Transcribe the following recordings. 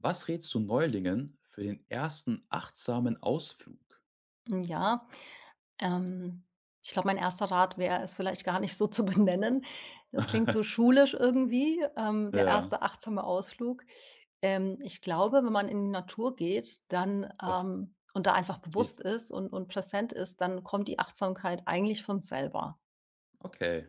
Was rätst du Neulingen für den ersten achtsamen Ausflug? Hm, ja, ähm, ich glaube, mein erster Rat wäre, es vielleicht gar nicht so zu benennen. Das klingt so schulisch irgendwie, der Ja. erste achtsame Ausflug. Ich glaube, wenn man in die Natur geht, dann Auf und da einfach bewusst wich ist und präsent ist, dann kommt die Achtsamkeit eigentlich von selber. Okay.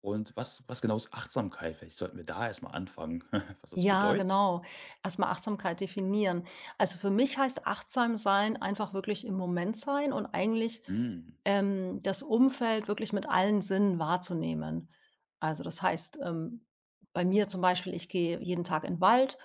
Und was genau ist Achtsamkeit? Vielleicht sollten wir da erstmal anfangen, was das Ja, bedeutet? genau. Erst mal Achtsamkeit definieren. Also, für mich heißt achtsam sein einfach wirklich im Moment sein und eigentlich, Hm, das Umfeld wirklich mit allen Sinnen wahrzunehmen. Also, das heißt, bei mir zum Beispiel, ich gehe jeden Tag in den Wald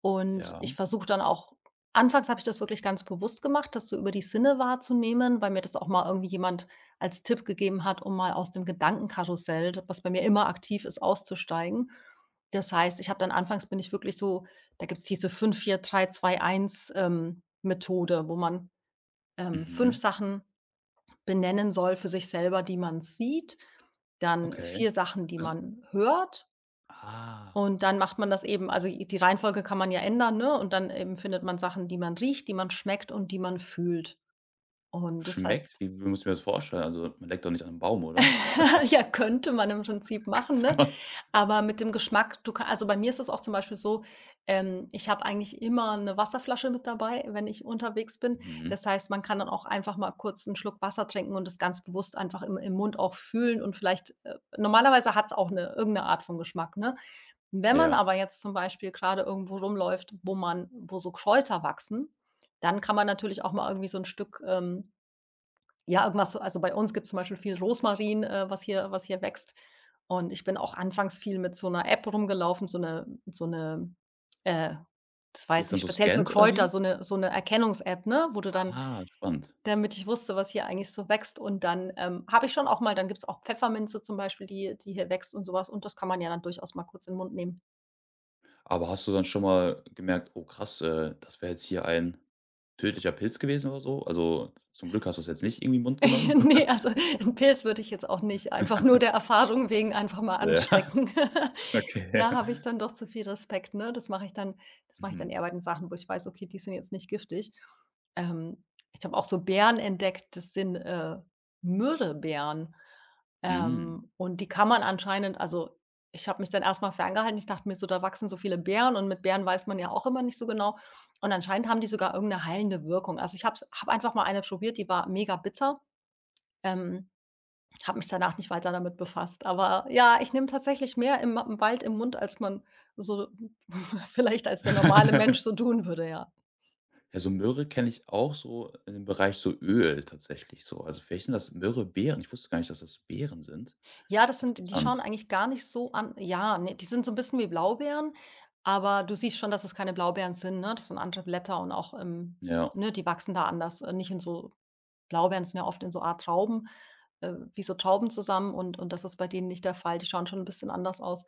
und ja. ich versuche dann auch anfangs habe ich das wirklich ganz bewusst gemacht, das so über die Sinne wahrzunehmen, weil mir das auch mal irgendwie jemand als Tipp gegeben hat, um mal aus dem Gedankenkarussell, was bei mir immer aktiv ist, auszusteigen. Das heißt, ich habe dann anfangs bin ich wirklich so da gibt es diese fünf vier drei zwei eins Methode, wo man, fünf Mhm. Sachen benennen soll für sich selber, die man sieht, dann Okay. 4 Sachen, die Also, man hört ah, und dann macht man das eben also die Reihenfolge kann man ja ändern, ne? Und dann eben findet man Sachen, die man riecht, die man schmeckt und die man fühlt. Und das schmeckt? heißt Wie muss ich mir das vorstellen? Also, man leckt doch nicht an 'nem Baum, oder? ja, könnte man im Prinzip machen, Könnte ne? man. Aber mit dem Geschmack, du ka also bei mir ist es auch zum Beispiel so, ich habe eigentlich immer eine Wasserflasche mit dabei, wenn ich unterwegs bin. Mhm, Das heißt, man kann dann auch einfach mal kurz einen Schluck Wasser trinken und das ganz bewusst einfach im Mund auch fühlen und vielleicht normalerweise hat es auch eine irgendeine Art von Geschmack, ne? Wenn man ja. aber jetzt zum Beispiel gerade irgendwo rumläuft, wo so Kräuter wachsen, dann kann man natürlich auch mal irgendwie so ein Stück, ja, irgendwas so also bei uns gibt es zum Beispiel viel Rosmarin, was hier wächst. Und ich bin auch anfangs viel mit so einer App rumgelaufen, äh das war Die jetzt ist dann nicht so speziell für scannt oder Kräuter, wie? so eine Erkennungs-App, ne, wo du dann Ah, spannend. damit ich wusste, was hier eigentlich so wächst. Und dann, habe ich schon auch mal dann gibt's auch Pfefferminze zum Beispiel, die hier wächst und sowas. Und das kann man ja dann durchaus mal kurz in den Mund nehmen. Aber hast du dann schon mal gemerkt: „Oh krass, das wäre jetzt hier ein tödlicher Pilz gewesen" oder so? Also, zum Glück hast du es jetzt nicht irgendwie in den Mund genommen? Ne, also 'n Pilz würde ich jetzt auch nicht einfach nur der Erfahrung wegen einfach mal Ja, anschlecken. okay. Da habe ich dann doch zu viel Respekt, ne? Das mache ich dann Mhm. eher bei den Sachen, wo ich weiß, okay, die sind jetzt nicht giftig. Ähm, Ich habe auch so Beeren entdeckt, das sind, Myrbeeren. Mhm. Und die kann man anscheinend also, ich habe mich dann erst mal ferngehalten. Ich dachte mir so, da wachsen so viele Beeren und mit Beeren weiß man ja auch immer nicht so genau. Und anscheinend haben die sogar irgendeine heilende Wirkung. Also, ich habe es habe einfach mal eine probiert, die war mega bitter. Ähm, Habe mich danach nicht weiter damit befasst. Aber ja, ich nehme tatsächlich mehr im Wald im Mund, als man so vielleicht als der normale Mensch so tun würde, ja. Ja, so Möhre kenne ich auch so in dem Bereich so Öl tatsächlich so. Also, vielleicht sind das Myrrhebeeren. Ich wusste gar nicht, dass das Beeren sind. Ja, das sind die schauen Interessant. eigentlich gar nicht so an ja, ne, die sind so ein bisschen wie Blaubeeren, aber du siehst schon, dass es keine Blaubeeren sind, ne? Das sind andere Blätter und auch, Ja. ne, die wachsen da anders, nicht in so Blaubeeren sind ja oft in so Art Trauben wie so Tauben zusammen und das ist bei denen nicht der Fall. Die schauen schon ein bisschen anders aus.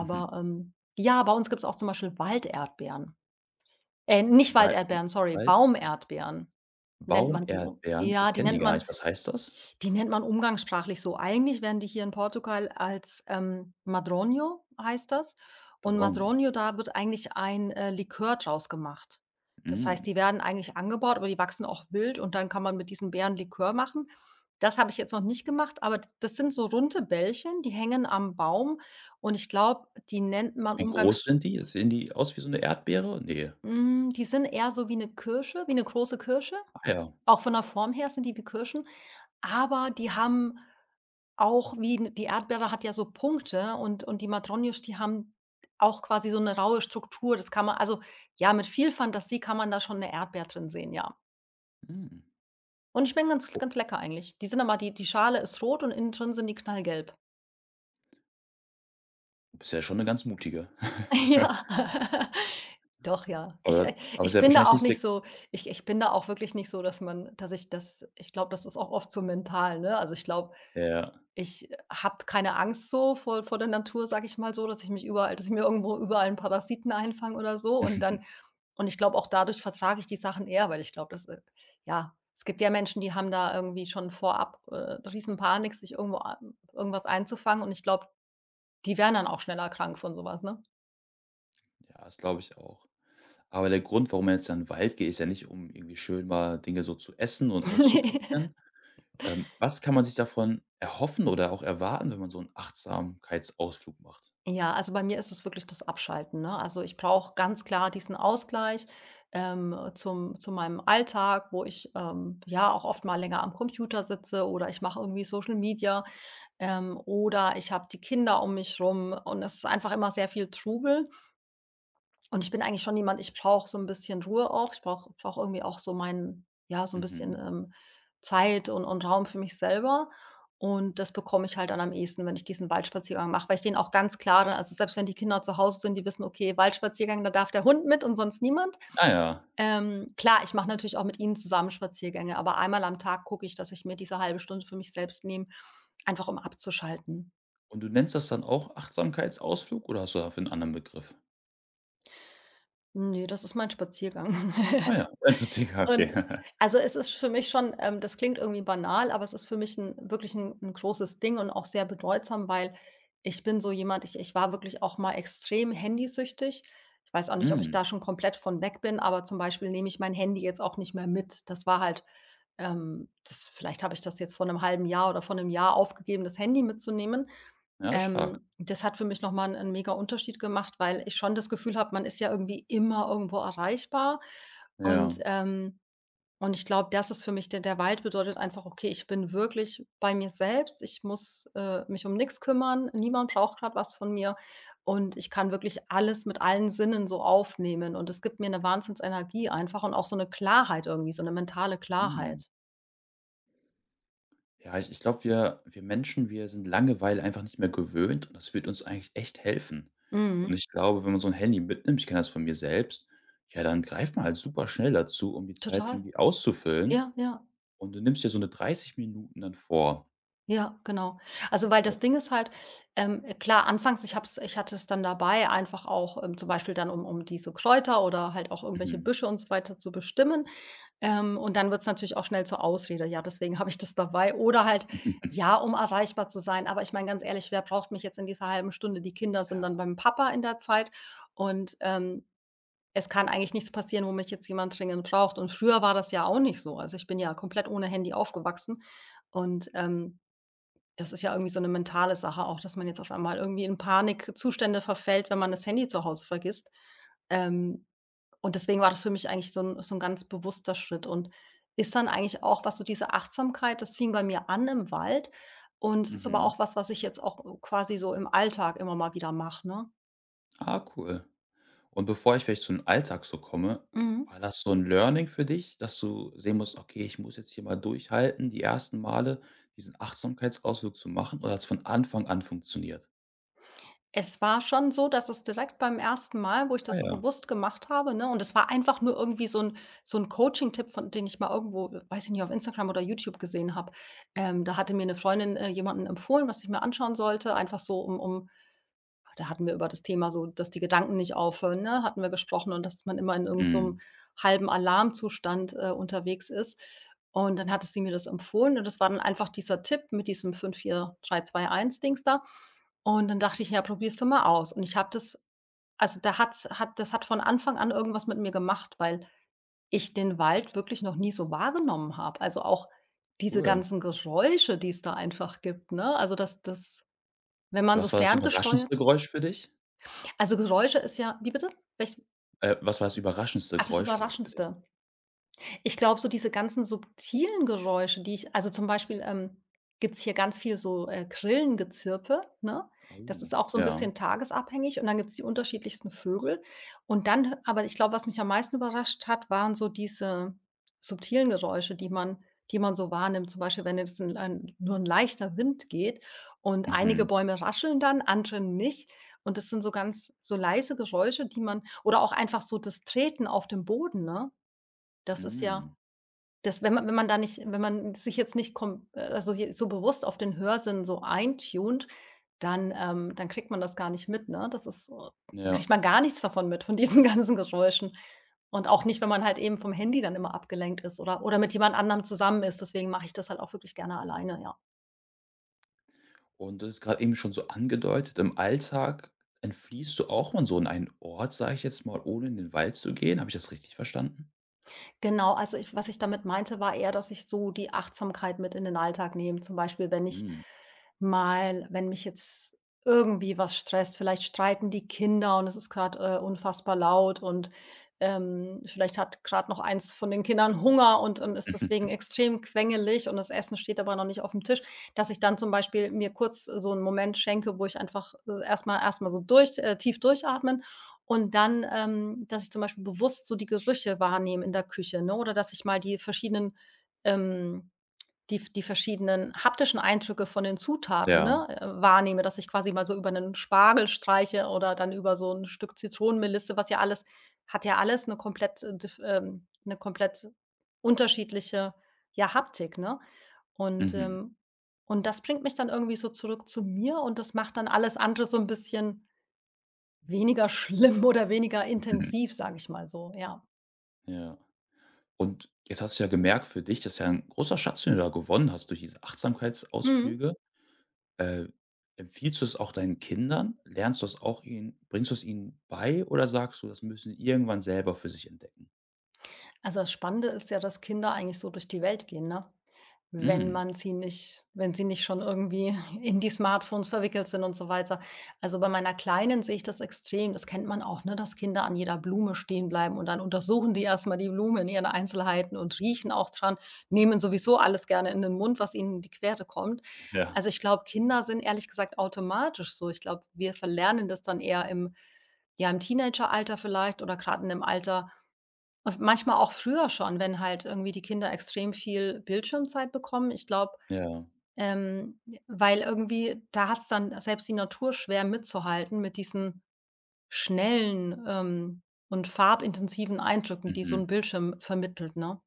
Mhm. Ja, bei uns gibt es auch zum Beispiel Walderdbeeren. Nicht Wal hm, Walderdbeeren, sorry, Wald Baumerdbeeren nennt man die um. Baumerdbeeren, Ja, ich die kenne die nennt gar man nicht. Was heißt das? die nennt man umgangssprachlich so. Eigentlich werden die hier in Portugal als, Madronio heißt das. Und Dronio. Madronio, da wird eigentlich ein, Likör draus gemacht. Das heißt, Mhm. die werden eigentlich angebaut, aber die wachsen auch wild und dann kann man mit diesen Beeren Likör machen. Das habe ich jetzt noch nicht gemacht, aber d das sind so runde Bällchen, die hängen am Baum und ich glaube, die nennt man Wie groß umgangs sind die? Sehen die aus wie so eine Erdbeere? Nee. hm, die sind eher so wie eine Kirsche, wie eine große Kirsche. Ah ja. Auch von der Form her sind die wie Kirschen, aber die haben auch wie 'ne die Erdbeere hat ja so Punkte und die Matronischs, die haben auch quasi so eine raue Struktur. Das kann man also, ja, mit viel Fantasie kann man da schon eine Erdbeer drin sehen, ja. Mhm. Und die schmecken ganz Oh, ganz lecker eigentlich. Die sind aber die die Schale ist rot und innen drin sind die knallgelb. du bist ja schon 'ne ganz mutige. Ja. Doch, ja. Ich Aber äh, aber ist ich ja bin da wahrscheinlich auch nicht der. nicht so ich bin da auch wirklich nicht so, dass man dass ich das ich glaube, das ist auch oft so mental, ne? Also, ich glaube Ja. ich habe keine Angst so vor der Natur, sage ich mal so, dass ich mich überall dass ich mir irgendwo überall 'n Parasiten einfange oder so und dann und ich glaube, auch dadurch vertrage ich die Sachen eher, weil ich glaube, dass, ja, es gibt ja Menschen, die haben da irgendwie schon vorab, Riesenpanik, sich irgendwo a irgendwas einzufangen und ich glaube, die werden dann auch schneller krank von sowas. Ja, das glaube ich auch. Aber der Grund, warum man jetzt in 'n Wald geht, ist ja nicht, um irgendwie schön mal Dinge so zu essen und Ne? auszuprobieren. Was kann man sich davon erhoffen oder auch erwarten, wenn man so 'n Achtsamkeitsausflug macht? Ja, also bei mir ist es wirklich das Abschalten, ne? Also, ich brauche ganz klar diesen Ausgleich, zum zu meinem Alltag, wo ich, ja, auch oft mal länger am Computer sitze oder ich mache irgendwie Social Media, oder ich habe die Kinder um mich rum und es ist einfach immer sehr viel Trubel. Und ich bin eigentlich schon jemand, ich brauche so ein bisschen Ruhe auch. Ich brauche irgendwie auch so mein ja, so ein bisschen, Mhm. Zeit und Raum für mich selber. Und das bekomme ich halt dann am ehesten, wenn ich diesen Waldspaziergang mache, weil ich den auch ganz klar dann also, selbst wenn die Kinder zu Hause sind, die wissen: „Okay, Waldspaziergang, da darf der Hund mit und sonst niemand.“ Ah ja. Klar, ich mache natürlich auch mit ihnen zusammen Spaziergänge, aber einmal am Tag gucke ich, dass ich mir diese halbe Stunde für mich selbst nehme, einfach um abzuschalten. Und du nennst das dann auch Achtsamkeitsausflug oder hast du dafür 'n anderen Begriff? Ne, das ist mein Spaziergang. Ah ja, ein Spaziergang, okay. Und also, es ist für mich schon das klingt irgendwie banal, aber es ist für mich 'n wirklich ein 'n großes Ding und auch sehr bedeutsam, weil ich bin so jemand ich war wirklich auch mal extrem handysüchtig. Ich weiß auch nicht, ob ich Mhm. da schon komplett von weg bin, aber zum Beispiel nehme ich mein Handy jetzt auch nicht mehr mit. Das war halt, das vielleicht habe ich das jetzt vor einem halben Jahr oder vor einem Jahr aufgegeben, das Handy mitzunehmen. Ja, stark. Das hat für mich noch mal einen mega Unterschied gemacht, weil ich schon das Gefühl habe, man ist ja irgendwie immer irgendwo erreichbar Ja. und, ähm und ich glaube, das ist für mich der der Wald bedeutet einfach: Okay, ich bin wirklich bei mir selbst. Ich muss, mich um nichts kümmern. Niemand braucht grad was von mir und ich kann wirklich alles mit allen Sinnen so aufnehmen und es gibt mir eine Wahnsinnsenergie einfach und auch so eine Klarheit irgendwie, so eine mentale Mhm. Klarheit. Ja, ich glaube, wir Menschen, wir sind Langeweile einfach nicht mehr gewöhnt und das wird uns eigentlich echt helfen. Und Mhm. ich glaube, wenn man so ein Handy mitnimmt, ich kenne das von mir selbst, ja, dann greift man halt super schnell dazu, um die Zeit Total. irgendwie auszufüllen, Ja, ja. und du nimmst dir so eine 30 Minuten dann vor. Ja, genau. Also, weil das Ding ist halt, klar, anfangs ich hatte es dann dabei, einfach auch, zum Beispiel dann, um diese Kräuter oder halt auch irgendwelche Mhm. Büsche und so weiter zu bestimmen. Und dann wird es natürlich auch schnell zur Ausrede: „Ja, deswegen habe ich das dabei.“ Oder halt: „Ja, um erreichbar zu sein.“ Aber ich meine, ganz ehrlich, wer braucht mich jetzt in dieser halben Stunde? Die Kinder sind Ja. dann beim Papa in der Zeit und, es kann eigentlich nichts passieren, wo mich jetzt jemand dringend braucht. Und früher war das ja auch nicht so. Also, ich bin ja komplett ohne Handy aufgewachsen und, das ist ja irgendwie so 'ne mentale Sache auch, dass man jetzt auf einmal irgendwie in Panikzustände verfällt, wenn man das Handy zu Hause vergisst. Ähm, und deswegen war das für mich eigentlich so 'n ganz bewusster Schritt und ist dann eigentlich auch was so diese Achtsamkeit das fing bei mir an im Wald und es ist aber Mhm. auch was, was ich jetzt auch quasi so im Alltag immer mal wieder mache, ne? Ah, cool. Und bevor ich vielleicht zu 'n Alltag so komme, Mhm. war das so ein Learning für dich, dass du sehen musst: „Okay, ich muss jetzt hier mal durchhalten, die ersten Male diesen Achtsamkeitsausflug zu machen", oder hat es von Anfang an funktioniert? Es war schon so, dass es direkt beim ersten Mal, wo ich Ah das so ja. bewusst gemacht habe, ne und es war einfach nur irgendwie so 'n Coaching-Tipp, von den ich mal irgendwo, weiß ich nicht, auf Instagram oder YouTube gesehen habe. Da hatte mir 'ne Freundin, jemanden empfohlen, was ich mir anschauen sollte, einfach so um da hatten wir über das Thema so, dass die Gedanken nicht aufhören, ne, hatten wir gesprochen und dass man immer in irgend so Mhm. 'nem halben Alarmzustand, unterwegs ist. Und dann hatte sie mir das empfohlen und das war dann einfach dieser Tipp mit diesem fünf vier drei zwei eins Dings da. Und dann dachte ich: „Ja, probier's doch mal aus.“ Und ich habe das also, da hat's hat das hat von Anfang an irgendwas mit mir gemacht, weil ich den Wald wirklich noch nie so wahrgenommen habe. Also, auch diese Cool. ganzen Geräusche, die es da einfach gibt, ne? Also, das wenn man so Was war das überraschendste ferngesteuert Geräusch für dich? also, Geräusche ist ja wie bitte? Welches Was war das überraschendste ach, das Geräusch vielleicht für dich? Überraschendste. Ich glaube, so diese ganzen subtilen Geräusche, die ich also, zum Beispiel, gibt's hier ganz viel so, Grillengezirpe, ne? Das Oh, ist auch so 'n ja. bisschen tagesabhängig und dann gibt's die unterschiedlichsten Vögel. Und dann hö aber ich glaube, was mich am meisten überrascht hat, waren so diese subtilen Geräusche, die man so wahrnimmt. Zum Beispiel, wenn jetzt 'n ein nur 'n leichter Wind geht und einige Mhm. Bäume rascheln dann, andere nicht. Und das sind so ganz so leise Geräusche, die man oder auch einfach so das Treten auf dem Boden, ne? Das ist ja Mhm. das wenn man da nicht wenn man sich jetzt nicht kom also je so bewusst auf den Hörsinn so eintunt, dann, dann kriegt man das gar nicht mit, ne? Das ist so dann Ja. kriegt man gar nichts davon mit, von diesen ganzen Geräuschen. Und auch nicht, wenn man halt eben vom Handy dann immer abgelenkt ist oder mit jemand anderem zusammen ist. Deswegen mache ich das halt auch wirklich gerne alleine, ja. Und das ist gerade eben schon so angedeutet, im Alltag entfliehst du auch mal so in einen Ort, sage ich jetzt mal, ohne in den Wald zu gehen. Habe ich das richtig verstanden? Genau, also ich was ich damit meinte, war eher, dass ich so die Achtsamkeit mit in den Alltag nehme. Zum Beispiel, wenn ich Mhm. mal wenn mich jetzt irgendwie was stresst, vielleicht streiten die Kinder und es ist gerade unfassbar laut und, vielleicht hat gerade noch eins von den Kindern Hunger und ist deswegen Mhm. extrem quengelig und das Essen steht aber noch nicht auf dem Tisch, dass ich dann zum Beispiel mir kurz so einen Moment schenke, wo ich einfach, erst mal so durch tief durchatmen und dann, dass ich zum Beispiel bewusst so die Gerüche wahrnehme in der Küche, ne, oder dass ich mal die verschiedenen ähm, die die verschiedenen haptischen Eindrücke von den Zutaten, Ja. ne, wahrnehme, dass ich quasi mal so über einen Spargel streiche oder dann über so ein Stück Zitronenmelisse, was ja alles hat ja alles eine komplett, diff 'ne komplett unterschiedliche, ja, Haptik, ne? Und, Mhm. ähm und das bringt mich dann irgendwie so zurück zu mir und das macht dann alles andere so ein bisschen weniger schlimm oder weniger Mhm. intensiv, sage ich mal so, ja. Ja. Und jetzt hast du ja gemerkt für dich, das ist ja ein großer Schatz, den du da gewonnen hast durch diese Mhm. Achtsamkeitsausflüge. Äh, Empfiehlst du es auch deinen Kindern? Lernst du es auch ihnen Bringst du es ihnen bei oder sagst du, das müssen sie irgendwann selber für sich entdecken? Also, das Spannende ist ja, dass Kinder eigentlich so durch die Welt gehen, ne? Wenn Mhm. man sie nicht wenn sie nicht schon irgendwie in die Smartphones verwickelt sind und so weiter. Also, bei meiner Kleinen sehe ich das extrem. Das kennt man auch, ne, dass Kinder an jeder Blume stehen bleiben und dann untersuchen die erst mal die Blume in ihren Einzelheiten und riechen auch dran, nehmen sowieso alles gerne in den Mund, was ihnen in die Quere kommt. Ja. Also, ich glaube, Kinder sind ehrlich gesagt automatisch so. Ich glaube, wir verlernen das dann eher im ja, im Teenageralter vielleicht oder gerade in dem Alter, und manchmal auch früher schon, wenn halt irgendwie die Kinder extrem viel Bildschirmzeit bekommen. Ich glaube, Ja. ähm, weil irgendwie da hat es dann selbst die Natur schwer mitzuhalten mit diesen schnellen, und farbintensiven Eindrücken, die so Mhm. ein Bildschirm vermittelt, ne?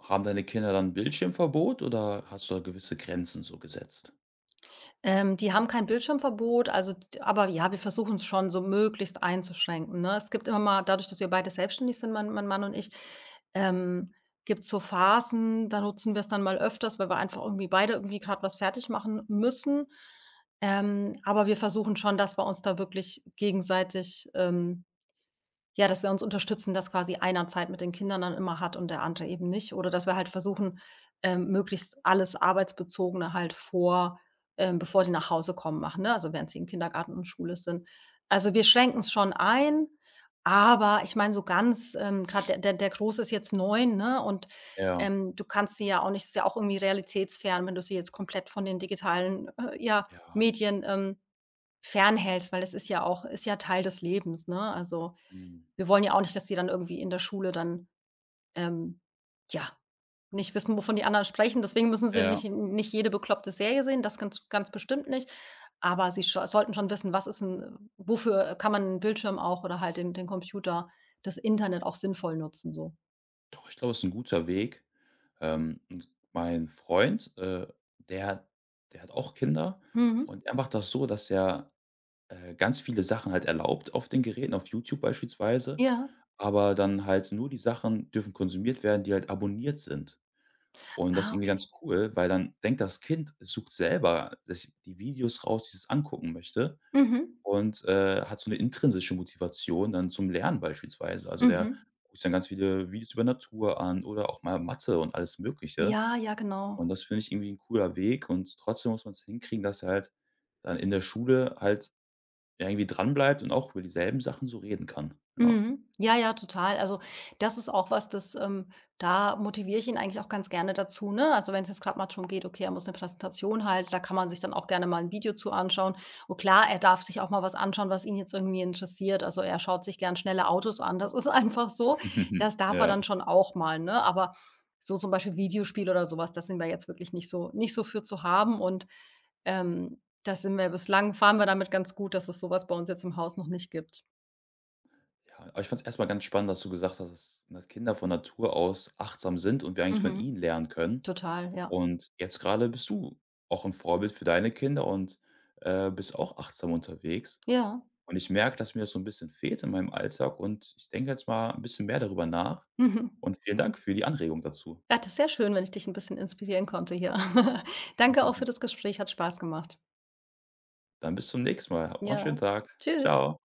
Haben deine Kinder dann Bildschirmverbot oder hast du da gewisse Grenzen so gesetzt? Die haben kein Bildschirmverbot, also d aber ja, wir versuchen es schon so möglichst einzuschränken, ne? Es gibt immer mal dadurch, dass wir beide selbstständig sind, mein Mann und ich, ähm, gibt's so Phasen, da nutzen wir es dann mal öfters, weil wir einfach irgendwie beide irgendwie gerade was fertig machen müssen. Aber wir versuchen schon, dass wir uns da wirklich gegenseitig, ja, dass wir uns unterstützen, dass quasi einer Zeit mit den Kindern dann immer hat und der andere eben nicht. Oder dass wir halt versuchen, möglichst alles Arbeitsbezogene halt vor bevor die nach Hause kommen, machen, ne? Also, während sie im Kindergarten und Schule sind. Also, wir schränken es schon ein, aber ich meine, so ganz, grad der Große ist jetzt 9, ne, und, Ja. Du kannst sie ja auch nicht ist ja auch irgendwie realitätsfern, wenn du sie jetzt komplett von den digitalen, ja, Ja. Medien, fernhältst, weil es ist ja auch ist ja Teil des Lebens, ne? Also Mhm. wir wollen ja auch nicht, dass die dann irgendwie in der Schule dann, ähm, ja, nicht wissen, wovon die anderen sprechen. Deswegen müssen sie Ja. nicht jede bekloppte Serie sehen, das ganz ganz bestimmt nicht. Aber sie scho sollten schon wissen, was ist ein, wofür kann man 'n Bildschirm auch oder halt den Computer, das Internet auch sinnvoll nutzen so. Doch, ich glaube, es ist ein guter Weg. Und mein Freund, der der hat auch Kinder Mhm. und er macht das so, dass er, ganz viele Sachen halt erlaubt auf den Geräten, auf YouTube beispielsweise, Ja. aber dann halt nur die Sachen dürfen konsumiert werden, die halt abonniert sind. Und das ist Ah, irgendwie okay. ganz cool, weil dann denkt das Kind, es sucht selber das die Videos raus, die es angucken möchte, Mhm. und hat so eine intrinsische Motivation dann zum Lernen beispielsweise. Also, der Mhm. guckt sich dann ganz viele Videos über Natur an oder auch mal Mathe und alles Mögliche. Ja, ja, genau. Und das finde ich irgendwie ein cooler Weg und trotzdem muss man es hinkriegen, dass er halt dann in der Schule halt, ja, irgendwie dranbleibt und auch über dieselben Sachen so reden kann, ja. Mhm. Ja, ja, total. Also, das ist auch was, das da motiviere ich ihn eigentlich auch ganz gerne dazu, ne? Also, wenn es jetzt gerade mal darum geht, okay, er muss eine Präsentation halten, da kann man sich dann auch gerne mal ein Video zu anschauen. Und klar, er darf sich auch mal was anschauen, was ihn jetzt irgendwie interessiert. Also, er schaut sich gern schnelle Autos an. Das ist einfach so. Das darf er Ja. dann schon auch mal, ne? Aber so zum Beispiel Videospiele oder sowas, das sind wir jetzt wirklich nicht so für zu haben. Und, da sind wir bislang fahren wir damit ganz gut, dass es sowas bei uns jetzt im Haus noch nicht gibt. Ja, aber ich fand's erst mal ganz spannend, dass du gesagt hast, dass, ne, Kinder von Natur aus achtsam sind und wir eigentlich von Mhm. ihnen lernen können. Total, ja. Und jetzt gerade bist du auch ein Vorbild für deine Kinder und, bist auch achtsam unterwegs. Ja. Und ich merke, dass mir das so ein bisschen fehlt in meinem Alltag und ich denke jetzt mal ein bisschen mehr darüber nach Mhm. und vielen Dank für die Anregung dazu. Ja, das ist sehr schön, wenn ich dich ein bisschen inspirieren konnte hier. Danke auch für das Gespräch, hat Spaß gemacht. Dann bis zum nächsten Mal. Habt noch 'n schönen Ja. Tag. Tschüss. Ciao.